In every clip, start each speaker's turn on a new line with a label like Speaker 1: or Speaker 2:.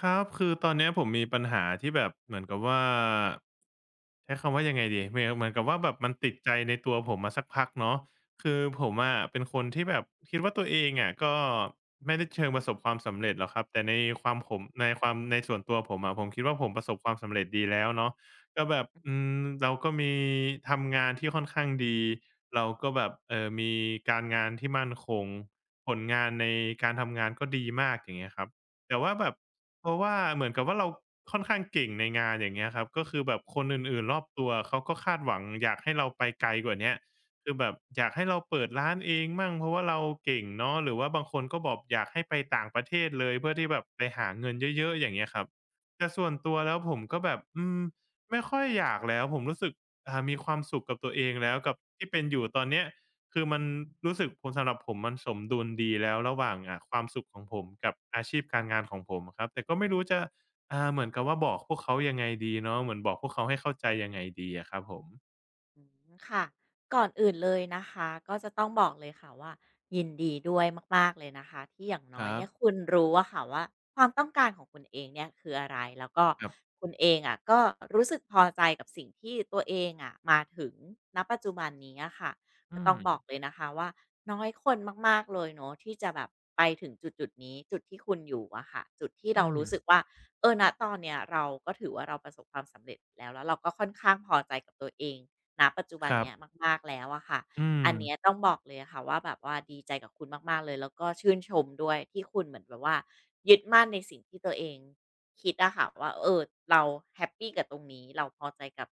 Speaker 1: ครับคือตอนเนี้ยผมมีปัญหาที่แบบเหมือนกับว่าใช้คำว่ายังไงดีเหมือนกับว่าแบบมันติดใจในตัวผมมาสักพักเนาะคือผมอะเป็นคนที่แบบคิดว่าตัวเองอะก็ไม่ได้เชิงประสบความสำเร็จหรอกครับแต่ในความผมในความในส่วนตัวผมอะผมคิดว่าผมประสบความสำเร็จดีแล้วเนาะก็แบบอืมเราก็มีทำงานที่ค่อนข้างดีเราก็แบบมีการงานที่มั่นคงผลงานในการทำงานก็ดีมากอย่างเงี้ยครับแต่ว่าแบบ เพราะว่าเหมือนกับว่าเราค่อนข้างเก่งในงานอย่างเงี้ยครับก็คือแบบคนอื่นๆรอบตัวเขาก็คาดหวังอยากให้เราไปไกลกว่าเนี้ยคือแบบอยากให้เราเปิดร้านเองมั่งเพราะว่าเราเก่งเนาะหรือว่าบางคนก็บอกอยากให้ไปต่างประเทศเลยเพื่อที่แบบไปหาเงินเยอะๆอย่างเงี้ยครับแต่ส่วนตัวแล้วผมก็แบบอืมไม่ค่อยอยากแล้วผมรู้สึกมีความสุขกับตัวเองแล้วกับที่เป็นอยู่ตอนเนี้ย คือมันรู้สึกผมสำหรับผมมันสมดุลดีแล้วระหว่างความสุขของผมกับอาชีพการงานของผมอะครับแต่ก็ไม่รู้จะเหมือนกับว่าบอกพวกเขายังไงดีเนาะเหมือนบอกพวกเขาให้เข้าใจยังไงดีอะครับผม
Speaker 2: อืมค่ะก่อนอื่นเลยนะคะก็จะต้องบอกเลยค่ะว่ายินดีด้วยมากๆเลยนะคะที่อย่าง
Speaker 1: ค
Speaker 2: น้อย
Speaker 1: รับ
Speaker 2: เนี่ยคุณรู้อะค่ะว่าความต้องการของคุณเองเนี่ยคืออะไรแล้วก็
Speaker 1: ครับ
Speaker 2: คุณเองอะก็รู้สึกพอใจกับสิ่งที่ตัวเองอะมาถึงณปัจจุบันนี้อะค่ะ
Speaker 1: อื
Speaker 2: ก็ต้
Speaker 1: ม
Speaker 2: องบอกเลยนะคะว่าน้อยคนมากๆเลยเนาะที่จะแบบไปถึงจุดจุดนี้จุดที่คุณอยู่อะค่ะจุดที่เรา
Speaker 1: อืม
Speaker 2: รู้สึกว่าเออณตอนเนี้ยเราก็ถือว่าเราประสบความสำเร็จแล้วแล้วเราก็ค่อนข้างพอใจกับตัวเอง ณปัจจุบั
Speaker 1: ค
Speaker 2: น
Speaker 1: รับ
Speaker 2: เนี้ยมากๆแล้วอะค่ะ
Speaker 1: อืม
Speaker 2: อันเนี้ยต้องบอกเลยอะค่ะว่าแบบว่าดีใจกับคุณมากๆเลยแล้วก็ชื่นชมด้วยที่คุณเหมือนแบบว่ายึดมั่นในสิ่งที่ตัวเองคิดอะค่ะว่าเออเราแฮปปีกับตรงนี้เราพอใจกับ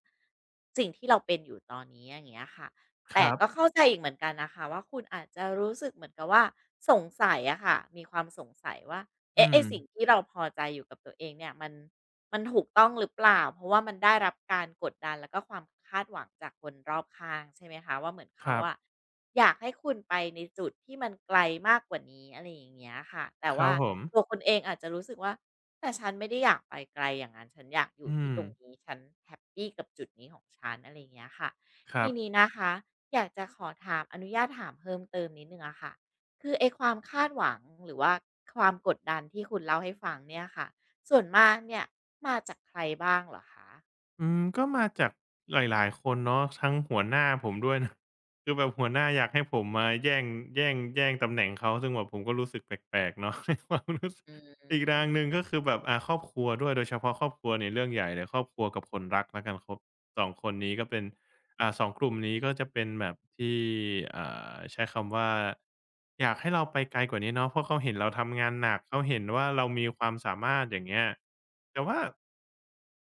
Speaker 2: สิ่งที่เราเป็นอยู่ตอนนี้อย่างเงี้ยค่ะ
Speaker 1: ค
Speaker 2: แต่
Speaker 1: รับ
Speaker 2: ก็เข้าใจอีกเหมือนกันนะคะว่าคุณอาจจะรู้สึกเหมือนกับว่าสงสัยอะค่ะมีความสงสัยว่า
Speaker 1: อื
Speaker 2: เอ๊ะไอ้
Speaker 1: ม
Speaker 2: สิ่งที่เราพอใจอยู่กับตัวเองเนี่ยมัน มันถูกต้องหรือเปล่าเพราะว่ามันได้รับการกดดันแล้วก็ความคาดหวังจากคนรอบข้างใช่ไหมคะว่าเหมือน
Speaker 1: ค
Speaker 2: เขา
Speaker 1: รับ
Speaker 2: อะอยากให้คุณไปในจุดที่มันไกลมากกว่านี้อะไรอย่างเงี้ยค่ะแต่
Speaker 1: ครั
Speaker 2: ว่า
Speaker 1: บผม
Speaker 2: ตัวคุณเองอาจจะรู้สึกว่าแต่ฉันไม่ได้อยากไปไกลอย่างนั้นฉันอยากอยู่
Speaker 1: อื
Speaker 2: ที่
Speaker 1: ม
Speaker 2: ตรงนี้ฉันแฮปปีกับจุดนี้ของฉันอะไรอย่างเงี้ยค่ะ
Speaker 1: ครั
Speaker 2: ที
Speaker 1: บ
Speaker 2: นี้นะคะอยากจะขอถามอนุญาตถามเพิ่มเติมนิดหนึ่งอะค่ะคือไอ้ความคาดหวังหรือว่าความกดดันที่คุณเล่าให้ฟังเนี่ยค่ะ ส่วนมากเนี่ยมาจากใครบ้างเหรอคะ
Speaker 1: อืมก็มาจากหลายๆคนเนาะทั้งหัวหน้าผมด้วยนะ คือแบบหัวหน้าอยากให้ผมมาแย่งแย่งตำแหน่งเขาซึ่งแบบผมก็รู้สึกแปลกๆเนาะ ในความรู้สึก
Speaker 2: อื
Speaker 1: อีกทางหนึ่ง
Speaker 2: ม
Speaker 1: ก็คือแบบครอบครัวด้วยโดยเฉพาะครอบครัวเนี่ยเรื่องใหญ่เลยครอบครัวกับคนรักแล้วกันครบสองคนนี้ก็เป็นสองกลุ่มนี้ก็จะเป็นแบบที่อ่ใช้คำว่าอยากให้เราไปไกลกว่านี้เนาะเพราะเขาเห็นเราทำงานหนักเขาเห็นว่าเรามีความสามารถอย่างเงี้ยแต่ว่า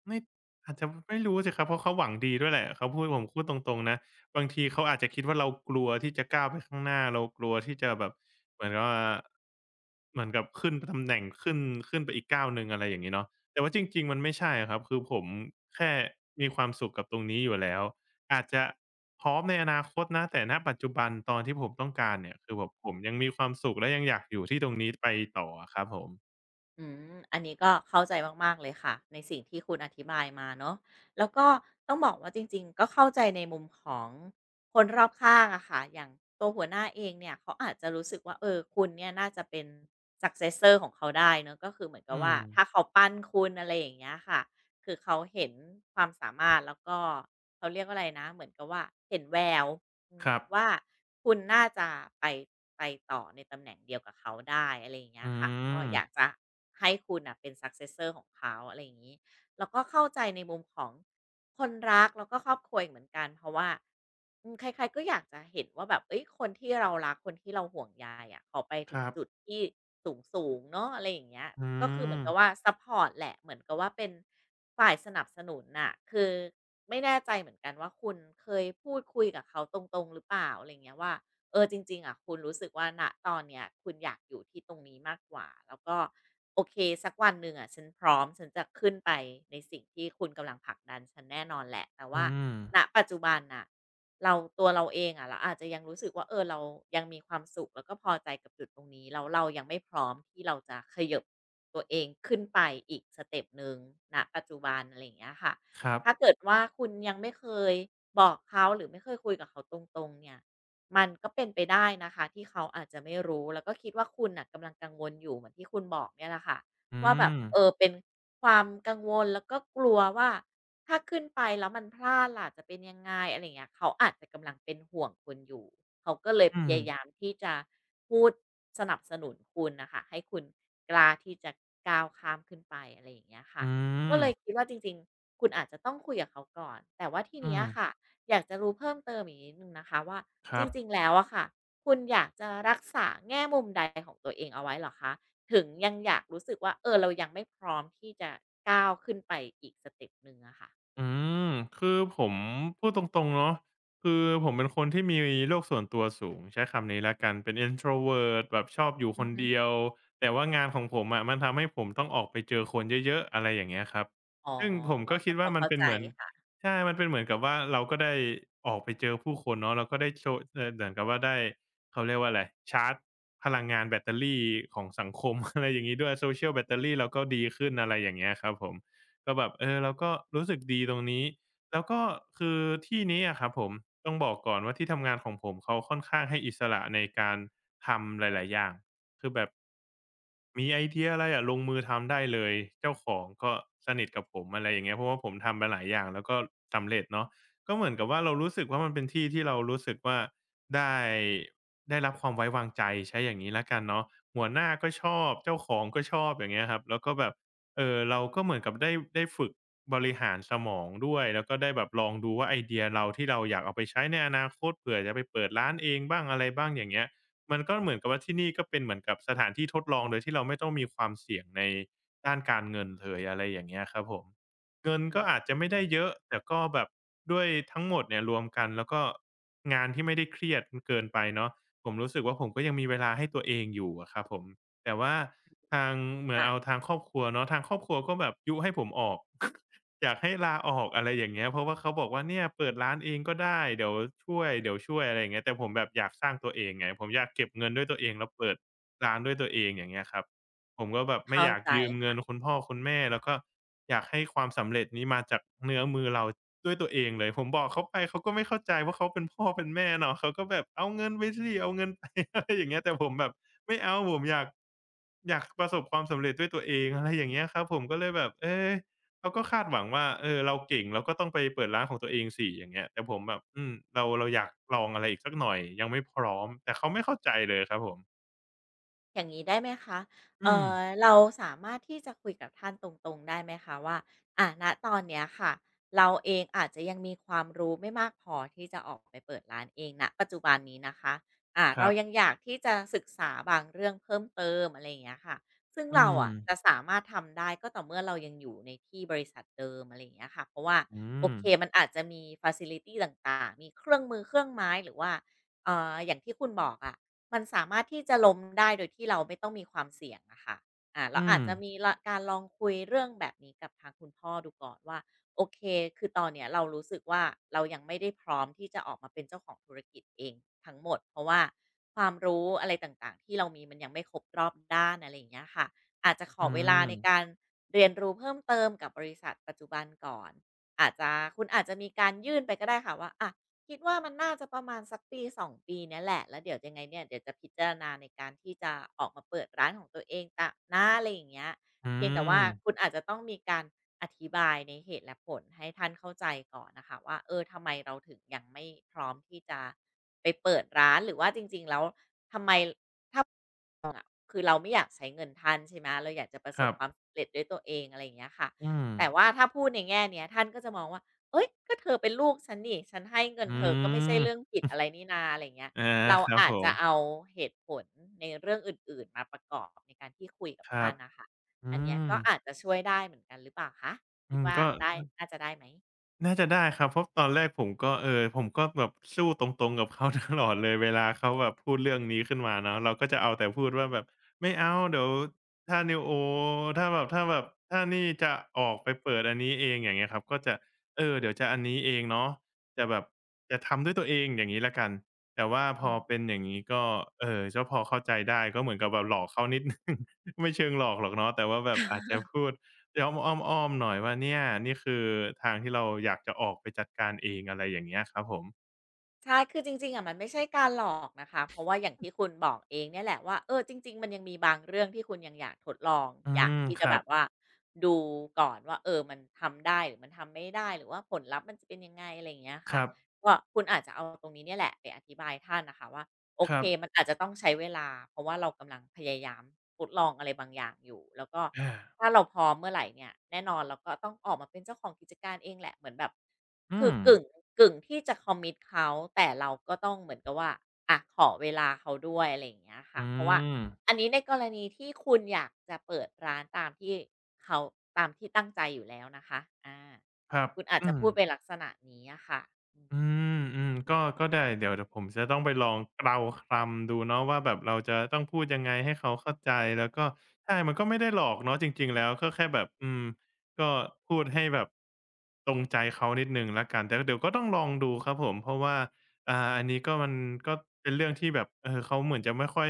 Speaker 1: ไม่ อาจจะไม่รู้สิครับเพราะเขาหวังดีด้วยแหละเขาพูดผมพูดตรงๆนะบางทีเขาอาจจะคิดว่าเรากลัวที่จะก้าวไปข้างหน้าเรากลัวที่จะแบบเหมือนกับว่าเหมือนกับขึ้นตำแหน่งขึ้นไปอีกก้าวหนึ่งอะไรอย่างงี้เนาะแต่ว่าจริงๆมันไม่ใช่อะครับคือผมแค่มีความสุขกับตรงนี้อยู่แล้วอาจจะพร้อมในอนาคตนะแต่ณปัจจุบันตอนที่ผมต้องการเนี่ยคือแบบผมยังมีความสุขและยังอยากอยู่ที่ตรงนี้ไปต่ออะครับผม
Speaker 2: อืมอันนี้ก็เข้าใจมากๆเลยค่ะในสิ่งที่คุณอธิบายมาเนาะแล้วก็ต้องบอกว่าจริงๆก็เข้าใจในมุมของคนรอบข้างอะค่ะอย่างตัวหัวหน้าเองเนี่ยเขาอาจจะรู้สึกว่าเออคุณเนี่ยน่าจะเป็น successor ของเขาได้เนาะก็คือเหมือนกับ
Speaker 1: อืม
Speaker 2: ว่าถ้าเขาปั้นคุณอะไรอย่างเงี้ยค่ะคือเขาเห็นความสามารถแล้วก็เขาเรียกว่าอะไรนะเหมือนกับว่าเห็นแวว อื
Speaker 1: ค
Speaker 2: ม
Speaker 1: รับ
Speaker 2: ว่าคุณน่าจะไปไปต่อในตำแหน่งเดียวกับเขาได้อะไรอย่างเงี้ย
Speaker 1: อื
Speaker 2: ค่ะก็
Speaker 1: ม
Speaker 2: อยากจะให้คุณน่ะเป็น successor ของเขาอะไรอย่างงี้ แล้วก็เข้าใจในมุมของคนรักแล้วก็ครอบครัวอีกเหมือนกันเพราะว่าอืมใครๆก็อยากจะเห็นว่าแบบเอ้ยคนที่เรารักคนที่เราห่วงใยอะเขาไป
Speaker 1: ค
Speaker 2: ถึง
Speaker 1: รับ
Speaker 2: จุดที่สูงๆเนาะอะไรอย่างเงี้ย
Speaker 1: อื
Speaker 2: ก็คือเหมือน
Speaker 1: ม
Speaker 2: กับว่าซัปพอร์ตแหละเหมือนกับว่าเป็นฝ่ายสนับสนุนน่ะคือไม่แน่ใจเหมือนกันว่าคุณเคยพูดคุยกับเขาตรงๆหรือเปล่าอะไรอย่างเงี้ยว่า เออจริงๆอะคุณรู้สึกว่าณตอนเนี้ยคุณอยากอยู่ที่ตรงนี้มากกว่าแล้วก็โอเคสักวันหนึ่งอะฉันพร้อมฉันจะขึ้นไปในสิ่งที่คุณกำลังผลักดันฉันแน่นอนแหละแต่ว่า
Speaker 1: อืม
Speaker 2: ณปัจจุบันน่ะเราตัวเราเองอะเราอาจจะยังรู้สึกว่าเออเรายังมีความสุขแล้วก็พอใจกับจุดตรงนี้แล้วเรายังไม่พร้อมที่เราจะเขยิบตัวเองขึ้นไปอีกสเต็ปหนึ่งณปัจจุบันอะไรอย่างเงี้ยค่ะ
Speaker 1: ครับ
Speaker 2: ถ้าเกิดว่าคุณยังไม่เคยบอกเขาหรือไม่เคยคุยกับเขาตรงๆเนี่ย มันก็เป็นไปได้นะคะที่เขาอาจจะไม่รู้แล้วก็คิดว่าคุณน่ะกำลังกังวลอยู่เหมือนที่คุณบอกเนี่ยแหละค่ะ
Speaker 1: อื
Speaker 2: ว่าแบ
Speaker 1: ม
Speaker 2: บเออเป็นความกังวลแล้วก็กลัวว่าถ้าขึ้นไปแล้วมันพลาดล่ะจะเป็นยังไงอะไรอย่างเงี้ยเขาอาจจะกำลังเป็นห่วงคุณอยู่เขาก็เลยพ
Speaker 1: อืม
Speaker 2: ยายามที่จะพูดสนับสนุนคุณน่ะค่ะให้คุณกล้าที่จะก้าวข้ามขึ้นไปอะไรอย่างเงี้ยค่ะ
Speaker 1: อื
Speaker 2: ก็
Speaker 1: ม
Speaker 2: เลยคิดว่าจริงๆคุณอาจจะต้องคุยกับเขาก่อนแต่ว่าที
Speaker 1: อื
Speaker 2: เนี้ย
Speaker 1: ม
Speaker 2: ค่ะอยากจะรู้เพิ่มเติมอีกนิดหนึ่งนะคะว่า
Speaker 1: ค
Speaker 2: จ
Speaker 1: รับ
Speaker 2: ริงๆ แล้วอะค่ะ คุณอยากจะรักษาแง่มุมใดของตัวเองเอาไว้เหรอคะ ถึงยังอยากรู้สึกว่า เออเรายังไม่พร้อมที่จะก้าวขึ้นไปอีกสเต็ปหนึ่งอะค่ะ
Speaker 1: อืมคือผมพูดตรงๆเนาะคือผมเป็นคนที่มีโลกส่วนตัวสูงใช้คำนี้แล้วกันเป็น introvert แบบชอบอยู่ค
Speaker 2: อือ
Speaker 1: น
Speaker 2: ฮึ
Speaker 1: เดียวแต่ว่างานของผมอะมันทำให้ผมต้องออกไปเจอคนเยอะๆอะไรอย่างเงี้ยครับ
Speaker 2: อ๋อ
Speaker 1: ซึ่งผม
Speaker 2: ก็
Speaker 1: ก็
Speaker 2: ก็
Speaker 1: คิด
Speaker 2: พ
Speaker 1: ว่า
Speaker 2: อ
Speaker 1: มัน
Speaker 2: เข้า
Speaker 1: เป็น
Speaker 2: ใจ
Speaker 1: เหมือน
Speaker 2: ค่ะ
Speaker 1: ใช่มันเป็นเหมือนกับว่าเราก็ได้ออกไปเจอผู้คนเนาะเราก็ได้โชว์เหมือนกับว่าได้เขาเรียกว่าอะไรชาร์จพลังงานแบตเตอรี่ของสังคม อะไรอย่างงี้ด้วย Social แบตเตอรี่เราก็ดีขึ้นอะไรอย่างเงี้ยครับผม ก็แบบเออเราก็รู้สึกดีตรงนี้แล้วก็คือที่นี้อะครับผมต้องบอกก่อนว่าที่ทำงานของผมเขาค่อนข้างให้อิสระในการทำหลายๆอย่างคือแบบมีไอเดียอะไรอะลงมือทำได้เลยเจ้าของก็สนิทกับผมอะไรอย่างเงี้ยเพราะว่าผมทำมาหลายอย่างแล้วก็สำเร็จเนาะก็เหมือนกับว่าเรารู้สึกว่ามันเป็นที่ที่เรารู้สึกว่าได้ได้รับความไว้วางใจใช้อย่างงี้แล้วกันเนาะหัวหน้าก็ชอบเจ้าของก็ชอบอย่างเงี้ยครับแล้วก็แบบ อเราก็เหมือนกับได้ฝึกบริหารสมองด้วยแล้วก็ได้แบบลองดูว่าไอเดียเราที่เราอยากเอาไปใช้ในอนาคตเผื่อจะไปเปิดร้านเองบ้างอะไรบ้างอย่างเงี้ยมันก็เหมือนกับว่าที่นี่ก็เป็นเหมือนกับสถานที่ทดลองโดยที่เราไม่ต้องมีความเสี่ยงในด้านการเงินเลยอะไรอย่างเงี้ยครับผมเงิน
Speaker 2: อืม
Speaker 1: ก็อาจ
Speaker 2: อื
Speaker 1: จะไม่
Speaker 2: ม
Speaker 1: ได้เยอะแต่ก็แบบด้วยทั้งหมดเนี่ยรวมกันแล้วก็งานที่ไม่ได้เครียดเกินไปเนาะผมรู้สึกว่าผมก็ยังมีเวลาให้ตัวเองอยู่อะครับผม แต่ว่าทางเหมือน
Speaker 2: ค่ะ
Speaker 1: เอาทางครอบครัวเนาะทางครอบครัวก็แบบยุให้ผมออก อยากให้ลาออกอะไรอย่างเงี้ยเพราะว่าเขาบอกว่าเนี่ยเปิดร้านเองก็ได้เดี๋ยวช่วยเดี๋ยวช่วยอะไรอย่างเงี้ยแต่ผมแบบอยากสร้างตัวเองไงผมอยากเก็บเงินด้วยตัวเองแล้วเปิดร้านด้วยตัวเองอย่างเงี้ยครับผมก็แบบไม่
Speaker 2: เข้า
Speaker 1: อยาก
Speaker 2: ใจ
Speaker 1: ยืมเงิ
Speaker 2: ค่ะ
Speaker 1: นคุณพ่อคุณแม่แล้วก็อยากให้ความสำเร็จนี้มาจากเนื้อมือเราด้วยตัวเองเลยผมบอกเขาไปเขาก็ไม่เข้าใจเพราะเขาเป็นพ่อเป็นแม่เนาะเขาก็แบบเอาเงินไปสิเอาเงินไป อะไรอย่างเงี้ยแต่ผมแบบ ไม่เอาผมอยากประสบความสำเร็จด้วยตัวเองอะไรอย่างเงี้ยครับผมก็เลยแบบเราก็คาดหวังว่าเราเก่งเราก็ต้องไปเปิดร้านของตัวเองสิอย่างเงี้ยแต่ผมแบบอืมเราอยากลองอะไรอีกสักหน่อยยังไม่พร้อมแต่เขาไม่เข้าใจเลยครับผม
Speaker 2: อย่างงี้ได้ไหมคะ
Speaker 1: อืม
Speaker 2: เราสามารถที่จะคุยกับท่านตรงๆได้ไหมคะว่าอะณตอนเนี้ยค่ะ เราเองอาจจะยังมีความรู้ไม่มากพอที่จะออกไปเปิดร้านเองณปัจจุบันนี้นะคะอ่ะ
Speaker 1: ค
Speaker 2: เรา
Speaker 1: รับ
Speaker 2: ยังอยากที่จะศึกษาบางเรื่องเพิ่มเติมอะไรอย่างเงี้ยค่ะ ซึ่ง
Speaker 1: อื
Speaker 2: เรา
Speaker 1: ม
Speaker 2: อ่ะจะสามารถทำได้ก็ต่อเมื่อเรายังอยู่ในที่บริษัทเดิมอะไรอย่างเงี้ยค่ะเพราะว่า
Speaker 1: อื
Speaker 2: โอ
Speaker 1: ม
Speaker 2: เคมันอาจจะมีฟัซิลิตีต่างๆมีเครื่องมือเครื่องไม้หรือว่าอย่างที่คุณบอกอะ มันสามารถที่จะล้มได้โดยที่เราไม่ต้องมีความเสี่ยงอะค่ะ
Speaker 1: อื
Speaker 2: เราอา
Speaker 1: ม
Speaker 2: จจะมีละการลองคุยเรื่องแบบนี้กับทางคุณพ่อดูก่อนว่าโอเคคือตอนเนี้ยเรารู้สึกว่าเรายังไม่ได้พร้อมที่จะออกมาเป็นเจ้าของธุรกิจเองทั้งหมดเพราะว่าความรู้อะไรต่างๆที่เรามีมันยังไม่ครบรอบด้านอะไรอย่างเงี้ยค่ะอาจจะขอ
Speaker 1: อื
Speaker 2: เวลาใน
Speaker 1: ม
Speaker 2: การเรียนรู้เพิ่มเติมกับบริษัทปัจจุบันก่อนอาจจะคุณอาจจะมีการยื่นไปก็ได้ค่ะว่าอะ คิดว่ามันน่าจะประมาณสัก1-2 ปีเนี่ยแหละแล้วเดี๋ยวยังไงเนี่ยเดี๋ยวจะพิจารณาในการที่จะออกมาเปิดร้านของตัวเองตะหนาอะไรอย่างเงี้ย
Speaker 1: อื
Speaker 2: เพียงแต่ว่า
Speaker 1: ม
Speaker 2: คุณอาจจะต้องมีการอธิบายในเหตุและผลให้ท่านเข้าใจก่อนนะคะว่าเออทำไมเราถึงยังไม่พร้อมที่จะไปเปิดร้านหรือว่าจริงๆแล้วทำไมถ้า คือเราไม่อยากใช้เงินท่านใช่ไหมเราอยากจะประ
Speaker 1: ค
Speaker 2: สบ
Speaker 1: รับ
Speaker 2: ความสำเร็จด้วยตัวเองอะไรอย่างเงี้ยค่ะ
Speaker 1: อืม
Speaker 2: แต่ว่าถ้าพูดในแง่เนี้ยท่านก็จะมองว่าเอ้ยก็เธอเป็นลูกฉันนี่ฉันให้เงิน
Speaker 1: อื
Speaker 2: เธอก็ไม่ใช่
Speaker 1: ม
Speaker 2: เรื่องผิดอะไรนี่นาอะไรอย่างเงี้ย
Speaker 1: อา
Speaker 2: เรา
Speaker 1: ครับ
Speaker 2: อา
Speaker 1: ผ
Speaker 2: จจะเอา
Speaker 1: ม
Speaker 2: เหตุผลในเรื่องอื่นๆมาประกอบในการที่คุยกับ
Speaker 1: ครั
Speaker 2: ท่าน
Speaker 1: บ
Speaker 2: นะคะ
Speaker 1: อื
Speaker 2: อันเนี้ย
Speaker 1: ม
Speaker 2: ก็อาจจะช่วยได้เหมือนกันหรือเปล่าคะ
Speaker 1: อื
Speaker 2: คิด
Speaker 1: ม
Speaker 2: ว่า
Speaker 1: ก็
Speaker 2: ได้น่าจะได้ไหม
Speaker 1: น่าจะได้ครับเพราะตอนแรกผมก็ผมก็แบบสู้ตรงๆกับเขาตลอดเลยเวลาเขาแบบพูดเรื่องนี้ขึ้นมาเนาะเราก็จะเอาแต่พูดว่าแบบไม่เอาเดี๋ยวถ้านิวโอถ้าแบบถ้านี่จะออกไปเปิดอันนี้เองอย่างเงี้ยครับก็จะเดี๋ยวจะอันนี้เองเนาะจะแบบจะทำด้วยตัวเองอย่างงี้แล้วกันแต่ว่าพ
Speaker 2: อื
Speaker 1: อเป็น
Speaker 2: ม
Speaker 1: อย่างงี้ก็ก็พอเข้าใจได้ก็เหมือนกับแบบหลอกเขานิดหนึ่งไม่เชิงหลอกหรอกเนาะแต่ว่าแบบอาจจะพูด เดี๋ยวอ้อมๆหน่อยว่าเนี่ยนี่คือทางที่เราอยากจะออกไปจัดการเองอะไรอย่างเงี้ยครับผม
Speaker 2: ใช่ คือจริงๆอะมันไม่ใช่การหลอกนะคะเพราะว่าอย่างที่คุณบอกเองเนี่ยแหละว่าเออจริงๆมันยังมีบางเรื่องที่คุณยังอยากทดลอง
Speaker 1: อื
Speaker 2: อยาก
Speaker 1: ม
Speaker 2: ที่
Speaker 1: ค
Speaker 2: จะ
Speaker 1: รั
Speaker 2: แบ
Speaker 1: บ
Speaker 2: บว่าดูก่อนว่าเออมันทำได้หรือมันทำไม่ได้ หรือว่าผลลัพธ์มันจะเป็นยังไงอะไรอย่างเงี้ย
Speaker 1: ค
Speaker 2: ค่ะ
Speaker 1: รับ
Speaker 2: ก็คุณอาจจะเอาตรงนี้เนี่ยแหละไปอธิบายท่านน่ะค่ะว่า โอ
Speaker 1: ค
Speaker 2: เค
Speaker 1: รับ
Speaker 2: มันอาจจะต้องใช้เวลาเพราะว่าเรากำลังพยายามทดลองอะไรบางอย่างอยู่แล้วก็
Speaker 1: อา
Speaker 2: ถ้าเราพร้อมเมื่อไหร่เนี่ยแน่นอนเราก็ต้องออกมาเป็นเจ้าของกิจการเองแหละเหมือนแบบ
Speaker 1: อื
Speaker 2: คือ
Speaker 1: ม
Speaker 2: กึ่งที่จะ commit เขาแต่เราก็ต้องเหมือนกับว่าอะขอเวลาเขาด้วยอะไรอย่างเงี้ย
Speaker 1: อื
Speaker 2: ค่ะเพราะว่า
Speaker 1: ม
Speaker 2: อันนี้ในกรณีที่คุณอยากจะเปิดร้านตามที่เขาตามที่ตั้งใจอยู่แล้วนะคะอา
Speaker 1: ครับ
Speaker 2: คุณอาจ
Speaker 1: อื
Speaker 2: จะ
Speaker 1: ม
Speaker 2: พูดเป็นลักษณะนี้อะค่ะ
Speaker 1: อืมอืมก็ได้เดี๋ยวผมจะต้องไปลองเกลาคลำดูเนาะว่าแบบเราจะต้องพูดยังไงให้เขาเข้าใจแล้วก็ใช่มันก็ไม่ได้หลอกเนาะจริงๆแล้วก็แค่แบบอืมก็พูดให้แบบตรงใจเขานิดนึงแล้วกันแต่เดี๋ยวก็ต้องลองดูครับผมเพราะว่าอันนี้ก็มันก็เป็นเรื่องที่แบบเขาเหมือนจะไม่ค่อย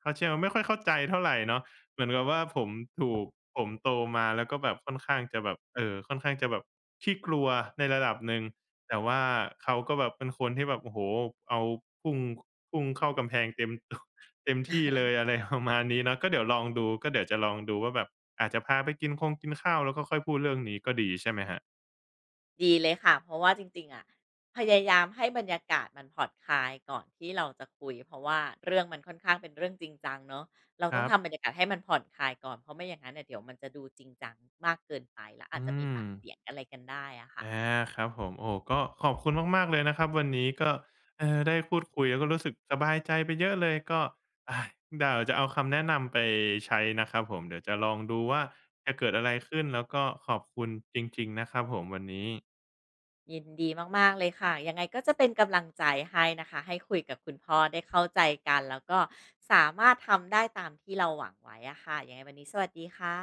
Speaker 1: เขาเชื่อว่าไม่ค่อยเข้าใจเท่าไหร่เนาะเหมือนกับว่าผมถูกผมโตมาแล้วก็แบบค่อนข้างจะแบบค่อนข้างจะแบบขี้กลัวในระดับหนึ่ง แต่ว่าเขาก็แบบเป็นคนที่แบบโอ้โฮเอาพุ่งพุ่งเข้ากำแพงเต็ม ตวเต็มที่เลยอะไรประมาณนี้เนาะก็เดี๋ยวลองดูก็เดี๋ยวจะลองดูว่าแบบอาจจะพาไปคงกินข้าวแล้วก็ค่อยพูดเรื่องนี้ก็ดีใช่ไหมครับ
Speaker 2: ดีเลยค่ะเพราะว่าจริงๆอ่ะพยายามให้บรรยากาศมันผ่อนคลายก่อนที่เราจะคุยเพราะว่าเรื่องมันค่อนข้างเป็นเรื่องจริงจังเนาะเรา
Speaker 1: ค
Speaker 2: ต้อ
Speaker 1: รั
Speaker 2: ง
Speaker 1: บ
Speaker 2: ทำบรรยากาศให้มันผ่อนคลายก่อนเพราะไม่อย่างนั้นเนี่ยเดี๋ยวมันจะดูจริงจังมากเกินไปแล้วอา
Speaker 1: อื
Speaker 2: จจะมี
Speaker 1: ม
Speaker 2: ปากเสียงอะไรกันได้อะค่ะ
Speaker 1: อาครับผมโอ้ก็ขอบคุณมากๆเลยนะครับวันนี้ก็ได้พูดคุยแล้วก็รู้สึกสบายใจไปเยอะเลยก็อาเดี๋ยวจะเอาคำแนะนำไปใช้นะครับผมเดี๋ยวจะลองดูว่าจะเกิดอะไรขึ้นแล้วก็ขอบคุณจริงๆนะครับผมวันนี้
Speaker 2: ยินดีมากๆเลยค่ะยังไงก็จะเป็นกำลังใจให้นะคะให้คุยกับคุณพ่อได้เข้าใจกันแล้วก็สามารถทำได้ตามที่เราหวังไว้อะค่ะยังไงวันนี้สวัสดีค่ะ